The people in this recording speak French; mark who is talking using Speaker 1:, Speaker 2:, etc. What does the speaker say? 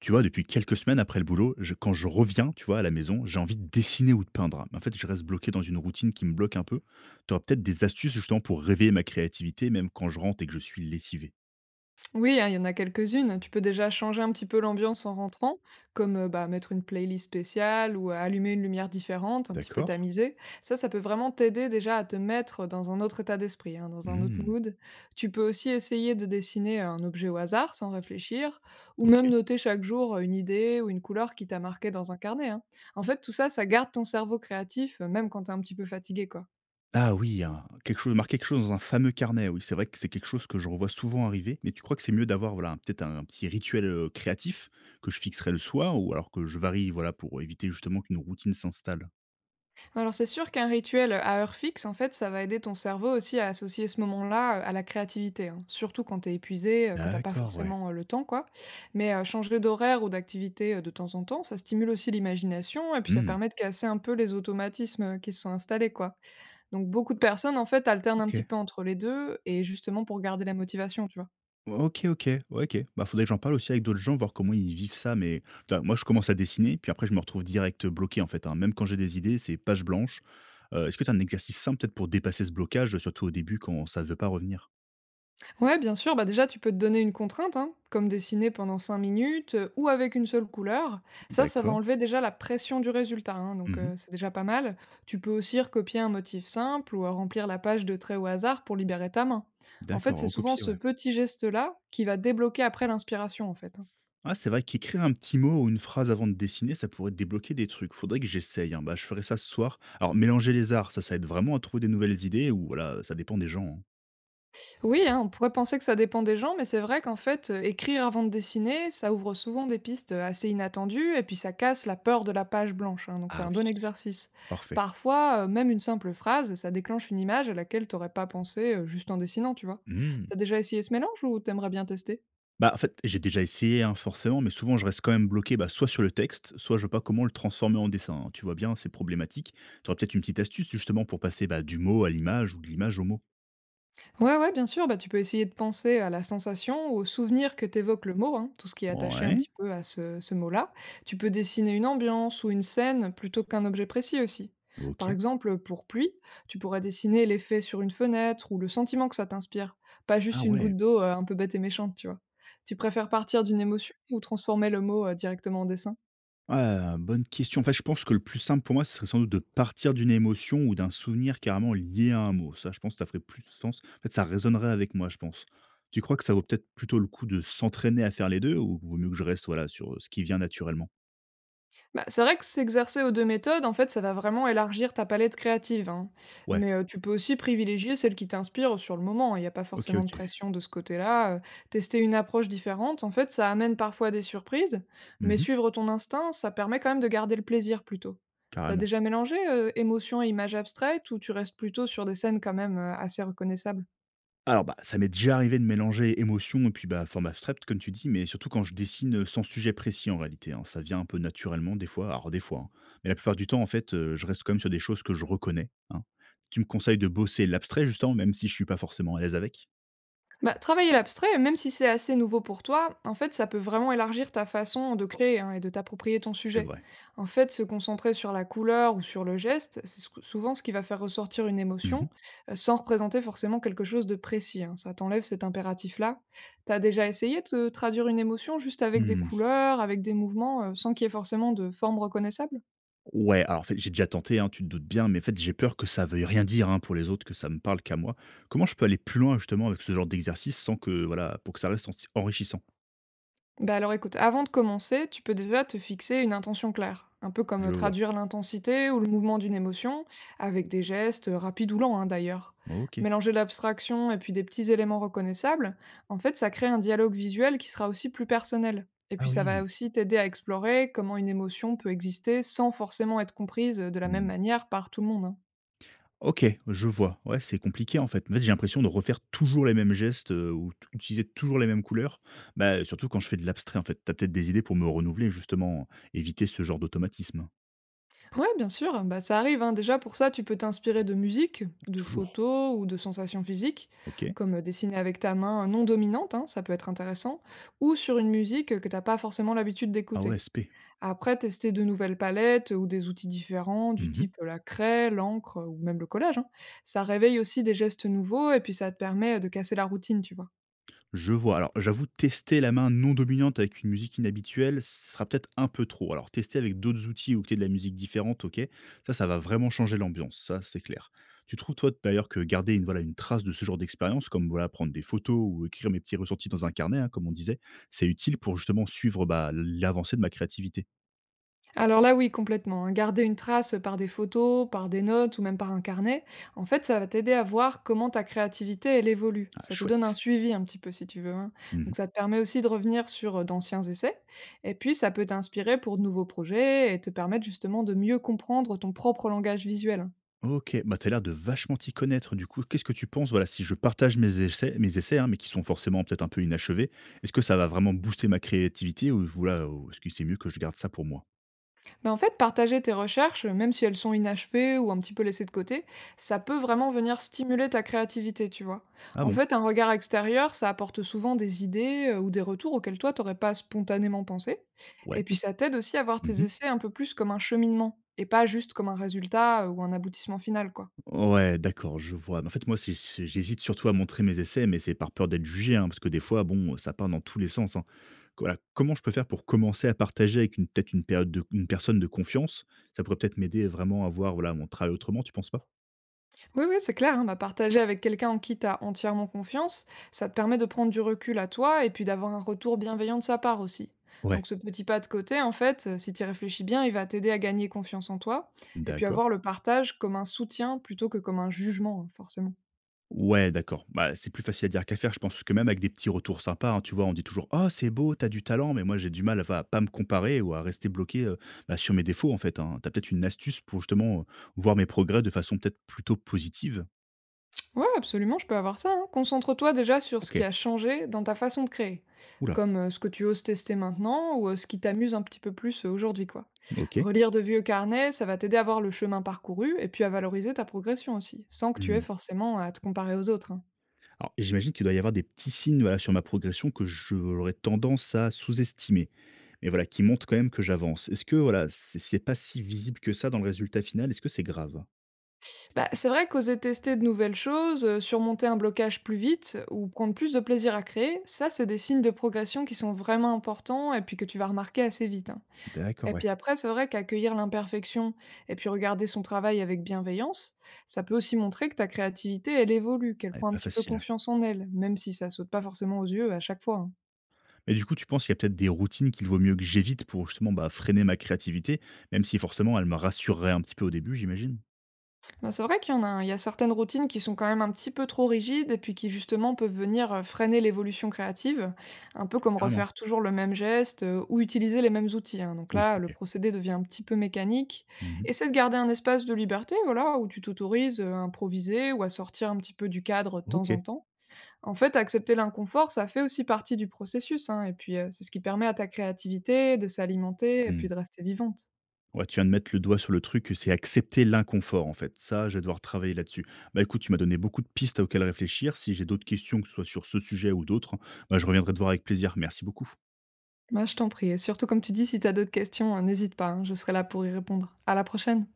Speaker 1: Tu vois, depuis quelques semaines après le boulot, quand je reviens, tu vois, à la maison, j'ai envie de dessiner ou de peindre. Mais en fait, je reste bloqué dans une routine qui me bloque un peu. Tu auras peut-être des astuces justement pour réveiller ma créativité, même quand je rentre et que je suis lessivé.
Speaker 2: Oui, hein, il y en a quelques-unes. Tu peux déjà changer un petit peu l'ambiance en rentrant, comme bah, mettre une playlist spéciale ou allumer une lumière différente, un petit peu
Speaker 1: D'accord.
Speaker 2: tamisée. Ça peut vraiment t'aider déjà à te mettre dans un autre état d'esprit, hein, dans un autre
Speaker 1: Hmm.
Speaker 2: mood. Tu peux aussi essayer de dessiner un objet au hasard sans réfléchir, ou
Speaker 1: Ok.
Speaker 2: même noter chaque jour une idée ou une couleur qui t'a marqué dans un carnet, hein. En fait, tout ça, ça garde ton cerveau créatif, même quand t'es un petit peu fatigué, quoi.
Speaker 1: Ah oui, quelque chose, marquer quelque chose dans un fameux carnet. Oui, c'est vrai que c'est quelque chose que je revois souvent arriver. Mais tu crois que c'est mieux d'avoir voilà, peut-être un petit rituel créatif que je fixerai le soir ou alors que je varie voilà, pour éviter justement qu'une routine s'installe.
Speaker 2: Alors c'est sûr qu'un rituel à heure fixe, en fait, ça va aider ton cerveau aussi à associer ce moment-là à la créativité, hein, surtout quand t'es épuisé, que t'as pas
Speaker 1: D'accord, ouais.
Speaker 2: forcément le temps, quoi. Mais changer d'horaire ou d'activité de temps en temps, ça stimule aussi l'imagination et puis ça
Speaker 1: Hmm.
Speaker 2: permet de casser un peu les automatismes qui se sont installés, quoi. Donc beaucoup de personnes, en fait, alternent un
Speaker 1: Ok.
Speaker 2: petit peu entre les deux et justement pour garder la motivation, tu vois.
Speaker 1: OK, OK. Ouais, OK. Bah, faudrait que j'en parle aussi avec d'autres gens, voir comment ils vivent ça, mais enfin, moi, je commence à dessiner, puis après, je me retrouve direct bloqué, en fait, hein. Même quand j'ai des idées, c'est page blanche. Est-ce que tu as un exercice simple, peut-être, pour dépasser ce blocage, surtout au début, quand ça ne veut pas revenir?
Speaker 2: Ouais, bien sûr. Bah déjà, tu peux te donner une contrainte, hein, comme dessiner pendant 5 minutes ou avec une seule couleur. Ça va
Speaker 1: D'accord.
Speaker 2: enlever déjà la pression du résultat, hein, donc
Speaker 1: Mmh.
Speaker 2: euh, c'est déjà pas mal. Tu peux aussi recopier un motif simple ou remplir la page de traits au hasard pour libérer ta main. En fait,
Speaker 1: D'accord,
Speaker 2: c'est souvent
Speaker 1: recopier,
Speaker 2: ce
Speaker 1: ouais.
Speaker 2: petit geste-là qui va débloquer après l'inspiration, en fait, hein.
Speaker 1: Ah, c'est vrai qu'écrire un petit mot ou une phrase avant de dessiner, ça pourrait débloquer des trucs. Faudrait que j'essaye, hein. Bah, je ferai ça ce soir. Alors, mélanger les arts, ça aide vraiment à trouver des nouvelles idées ou voilà, ça dépend des gens, hein?
Speaker 2: Oui, hein, on pourrait penser que ça dépend des gens, mais c'est vrai qu'en fait, écrire avant de dessiner, ça ouvre souvent des pistes assez inattendues et puis ça casse la peur de la page blanche, hein, donc c'est
Speaker 1: Ah
Speaker 2: un
Speaker 1: oui.
Speaker 2: bon exercice.
Speaker 1: Parfait.
Speaker 2: Parfois, même une simple phrase, ça déclenche une image à laquelle t'aurais pas pensé juste en dessinant, tu vois.
Speaker 1: Mmh.
Speaker 2: T'as déjà essayé ce mélange ou t'aimerais bien tester?
Speaker 1: Bah, en fait, j'ai déjà essayé, hein, forcément, mais souvent je reste quand même bloqué, bah, soit sur le texte, soit je vois pas comment le transformer en dessin, hein. Tu vois bien, c'est problématique. Tu aurais peut-être une petite astuce justement pour passer bah, du mot à l'image ou de l'image au mot?
Speaker 2: Ouais, ouais, bien sûr, bah, tu peux essayer de penser à la sensation ou au souvenir que t'évoque le mot, hein, tout ce qui est attaché un
Speaker 1: Ouais,
Speaker 2: petit peu à ce mot-là. Tu peux dessiner une ambiance ou une scène plutôt qu'un objet précis aussi. Par
Speaker 1: OK.
Speaker 2: exemple, pour pluie, tu pourrais dessiner l'effet sur une fenêtre ou le sentiment que ça t'inspire, pas
Speaker 1: Ah
Speaker 2: juste une
Speaker 1: ouais.
Speaker 2: goutte d'eau un peu bête et méchante, tu vois. Tu préfères partir d'une émotion ou transformer le mot directement en dessin.
Speaker 1: Ah, bonne question. En fait, je pense que le plus simple pour moi, ce serait sans doute de partir d'une émotion ou d'un souvenir carrément lié à un mot. Ça, je pense que ça ferait plus de sens. En fait, ça résonnerait avec moi, je pense. Tu crois que ça vaut peut-être plutôt le coup de s'entraîner à faire les 2 ou vaut mieux que je reste voilà, sur, ce qui vient naturellement?
Speaker 2: Bah, c'est vrai que s'exercer aux 2 méthodes, en fait, ça va vraiment élargir ta palette créative, hein.
Speaker 1: Ouais,
Speaker 2: Mais, tu peux aussi privilégier celle qui t'inspire sur le moment. Il n'y a pas
Speaker 1: OK,
Speaker 2: forcément de
Speaker 1: OK.
Speaker 2: pression de ce côté-là. Tester une approche différente, en fait, ça amène parfois des surprises, mais
Speaker 1: Mmh.
Speaker 2: suivre ton instinct, ça permet quand même de garder le plaisir plutôt. T'as
Speaker 1: Carrément.
Speaker 2: déjà mélangé, émotion et images abstraites ou tu restes plutôt sur des scènes quand même, assez reconnaissables?
Speaker 1: Alors, bah, ça m'est déjà arrivé de mélanger émotion et puis, bah, forme abstraite, comme tu dis, mais surtout quand je dessine sans sujet précis en réalité, hein. Ça vient un peu naturellement des fois, alors des fois, hein. Mais la plupart du temps, en fait, je reste quand même sur des choses que je reconnais, hein. Tu me conseilles de bosser l'abstrait, justement, même si je suis pas forcément à l'aise avec.
Speaker 2: Bah, travailler l'abstrait, même si c'est assez nouveau pour toi, en fait, ça peut vraiment élargir ta façon de créer hein, et de t'approprier ton
Speaker 1: C'est
Speaker 2: sujet.
Speaker 1: vrai.
Speaker 2: En fait, se concentrer sur la couleur ou sur le geste, c'est souvent ce qui va faire ressortir une
Speaker 1: Mhm.
Speaker 2: émotion, sans représenter forcément quelque chose de précis, hein. Ça t'enlève cet impératif-là. T'as déjà essayé de traduire une émotion juste avec des
Speaker 1: Hmm.
Speaker 2: couleurs, avec des mouvements, sans qu'il y ait forcément de forme reconnaissable?
Speaker 1: Ouais, alors en fait, j'ai déjà tenté, hein, tu te doutes bien, mais en fait, j'ai peur que ça veuille rien dire hein, pour les autres, que ça me parle qu'à moi. Comment je peux aller plus loin, justement, avec ce genre d'exercice sans que, voilà, pour que ça reste enrichissant.
Speaker 2: Bah alors écoute, avant de commencer, tu peux déjà te fixer une intention claire, un peu comme
Speaker 1: Je vois.
Speaker 2: traduire l'intensité ou le mouvement d'une émotion, avec des gestes rapides ou lents hein, d'ailleurs.
Speaker 1: Ok.
Speaker 2: Mélanger l'abstraction et puis des petits éléments reconnaissables, en fait ça crée un dialogue visuel qui sera aussi plus personnel. Et
Speaker 1: Ah
Speaker 2: puis ça va
Speaker 1: oui.
Speaker 2: aussi t'aider à explorer comment une émotion peut exister sans forcément être comprise de la même
Speaker 1: Mmh.
Speaker 2: manière par tout le monde, hein.
Speaker 1: OK, je vois. Ouais, c'est compliqué en fait. En fait, j'ai l'impression de refaire toujours les mêmes gestes, ou t utiliser toujours les mêmes couleurs. Bah, surtout quand je fais de l'abstrait en fait. T'as peut-être des idées pour me renouveler justement, éviter ce genre d'automatisme?
Speaker 2: Ouais, bien sûr, bah, ça arrive, hein. Déjà, pour ça, tu peux t'inspirer de musique, de
Speaker 1: Toujours.
Speaker 2: photos ou de sensations physiques,
Speaker 1: OK.
Speaker 2: comme dessiner avec ta main non dominante, hein, ça peut être intéressant, ou sur une musique que t'as pas forcément l'habitude
Speaker 1: Ah ouais,
Speaker 2: d'écouter.
Speaker 1: SP.
Speaker 2: Après, tester de nouvelles palettes ou des outils différents, du
Speaker 1: Mmh mh.
Speaker 2: type la craie, l'encre ou même le collage, hein, ça réveille aussi des gestes nouveaux et puis ça te permet de casser la routine, tu vois.
Speaker 1: Je vois. Alors, j'avoue, tester la main non dominante avec une musique inhabituelle, ce sera peut-être un peu trop. Alors, tester avec d'autres outils ou que t'aies de la musique différente, ok, ça va vraiment changer l'ambiance, ça, c'est clair. Tu trouves, toi, d'ailleurs, que garder une, voilà, une trace de ce genre d'expérience, comme voilà, prendre des photos ou écrire mes petits ressentis dans un carnet, hein, comme on disait, c'est utile pour justement suivre bah, l'avancée de ma créativité.
Speaker 2: Alors là, oui, complètement, hein. Garder une trace par des photos, par des notes ou même par un carnet, en fait, ça va t'aider à voir comment ta créativité, elle évolue.
Speaker 1: Ah,
Speaker 2: Ça te donne un
Speaker 1: chouette.
Speaker 2: suivi un petit peu, si tu veux, hein. Donc
Speaker 1: Mhm.
Speaker 2: ça te permet aussi de revenir sur d'anciens essais. Et puis, ça peut t'inspirer pour de nouveaux projets et te permettre justement de mieux comprendre ton propre langage visuel.
Speaker 1: OK, bah, t'as l'air de vachement t'y connaître du coup. Qu'est-ce que tu penses, voilà, si je partage mes essais, hein, mais qui sont forcément peut-être un peu inachevés, est-ce que ça va vraiment booster ma créativité ou voilà, ou est-ce que c'est mieux que je garde ça pour moi?
Speaker 2: Ben, en fait, partager tes recherches, même si elles sont inachevées ou un petit peu laissées de côté, ça peut vraiment venir stimuler ta créativité, tu vois.
Speaker 1: Ah
Speaker 2: En
Speaker 1: bon?
Speaker 2: fait, un regard extérieur, ça apporte souvent des idées ou des retours auxquels toi, t'aurais pas spontanément pensé. Et
Speaker 1: Ouais.
Speaker 2: puis, ça t'aide aussi à voir tes
Speaker 1: Mmh.
Speaker 2: essais un peu plus comme un cheminement et pas juste comme un résultat ou un aboutissement final, quoi.
Speaker 1: Ouais, d'accord, je vois. Mais en fait, moi, c'est j'hésite surtout à montrer mes essais, mais c'est par peur d'être jugé, hein, parce que des fois, bon, ça part dans tous les sens, hein. Voilà, comment je peux faire pour commencer à partager avec une peut-être une période de une personne de confiance? Ça pourrait peut-être m'aider vraiment à voir, voilà, mon travail autrement, tu penses pas?
Speaker 2: Oui, oui, c'est clair, hein, bah, partager avec quelqu'un en qui tu as entièrement confiance, ça te permet de prendre du recul à toi et puis d'avoir un retour bienveillant de sa part aussi.
Speaker 1: Ouais,
Speaker 2: Donc ce petit pas de côté, en fait, si tu y réfléchis bien, il va t'aider à gagner confiance en toi et puis
Speaker 1: d'accord.
Speaker 2: avoir le partage comme un soutien plutôt que comme un jugement, hein, forcément.
Speaker 1: Ouais, d'accord. Bah, c'est plus facile à dire qu'à faire. Je pense que même avec des petits retours sympas, hein, tu vois, on dit toujours «Oh, c'est beau, t'as du talent», mais moi, j'ai du mal à va pas me comparer ou à rester bloqué, bah, sur mes défauts, en fait, hein. Tu peut-être une astuce pour justement, voir mes progrès de façon peut-être plutôt positive?
Speaker 2: Ouais, absolument, je peux avoir ça, hein. Concentre-toi déjà sur ce qui
Speaker 1: OK.
Speaker 2: a changé dans ta façon de créer,
Speaker 1: Oula.
Speaker 2: comme ce que tu oses tester maintenant ou ce qui t'amuse un petit peu plus aujourd'hui, quoi.
Speaker 1: OK.
Speaker 2: Relire de vieux carnets, ça va t'aider à voir le chemin parcouru et puis à valoriser ta progression aussi, sans que tu aies
Speaker 1: Mmh.
Speaker 2: forcément à te comparer aux autres, hein.
Speaker 1: Alors, j'imagine qu'il doit y avoir des petits signes, voilà, sur ma progression que j'aurais tendance à sous-estimer, mais voilà, qui montrent quand même que j'avance. Est-ce que, voilà, c'est pas si visible que ça dans le résultat final? Est-ce que c'est grave?
Speaker 2: Bah, c'est vrai qu'oser tester de nouvelles choses, surmonter un blocage plus vite ou prendre plus de plaisir à créer, ça, c'est des signes de progression qui sont vraiment importants et puis que tu vas remarquer assez vite, hein.
Speaker 1: D'accord,
Speaker 2: Et
Speaker 1: ouais.
Speaker 2: puis après, c'est vrai qu'accueillir l'imperfection et puis regarder son travail avec bienveillance, ça peut aussi montrer que ta créativité, elle évolue, qu'elle
Speaker 1: Ouais,
Speaker 2: prend un
Speaker 1: pas
Speaker 2: petit peu
Speaker 1: facile.
Speaker 2: confiance en elle, même si ça saute pas forcément aux yeux à chaque fois, hein.
Speaker 1: Mais du coup, tu penses qu'il y a peut-être des routines qu'il vaut mieux que j'évite pour justement, bah, freiner ma créativité, même si forcément elle me rassurerait un petit peu au début, j'imagine?
Speaker 2: Ben, c'est vrai qu'il y en a, il y a certaines routines qui sont quand même un petit peu trop rigides et puis qui justement peuvent venir freiner l'évolution créative, un peu comme
Speaker 1: Carrément?
Speaker 2: refaire toujours le même geste ou utiliser les mêmes outils, hein. Donc
Speaker 1: Oui,
Speaker 2: là, le
Speaker 1: OK.
Speaker 2: procédé devient un petit peu mécanique.
Speaker 1: Mmh.
Speaker 2: Essaie de garder un espace de liberté, voilà, où tu t'autorises à improviser ou à sortir un petit peu du cadre de temps en
Speaker 1: OK.
Speaker 2: temps. En fait, accepter l'inconfort, ça fait aussi partie du processus, hein, et puis, c'est ce qui permet à ta créativité de s'alimenter et puis
Speaker 1: Mmh.
Speaker 2: de rester vivante.
Speaker 1: Ouais, tu viens de mettre le doigt sur le truc, c'est accepter l'inconfort, en fait. Ça, je vais devoir travailler là-dessus. Bah, écoute, tu m'as donné beaucoup de pistes auxquelles réfléchir. Si j'ai d'autres questions, que ce soit sur ce sujet ou d'autres, bah, je reviendrai te voir avec plaisir. Merci beaucoup.
Speaker 2: Bah, je t'en prie et surtout comme tu dis, si tu as d'autres questions, n'hésite pas, hein, je serai là pour y répondre. À la prochaine.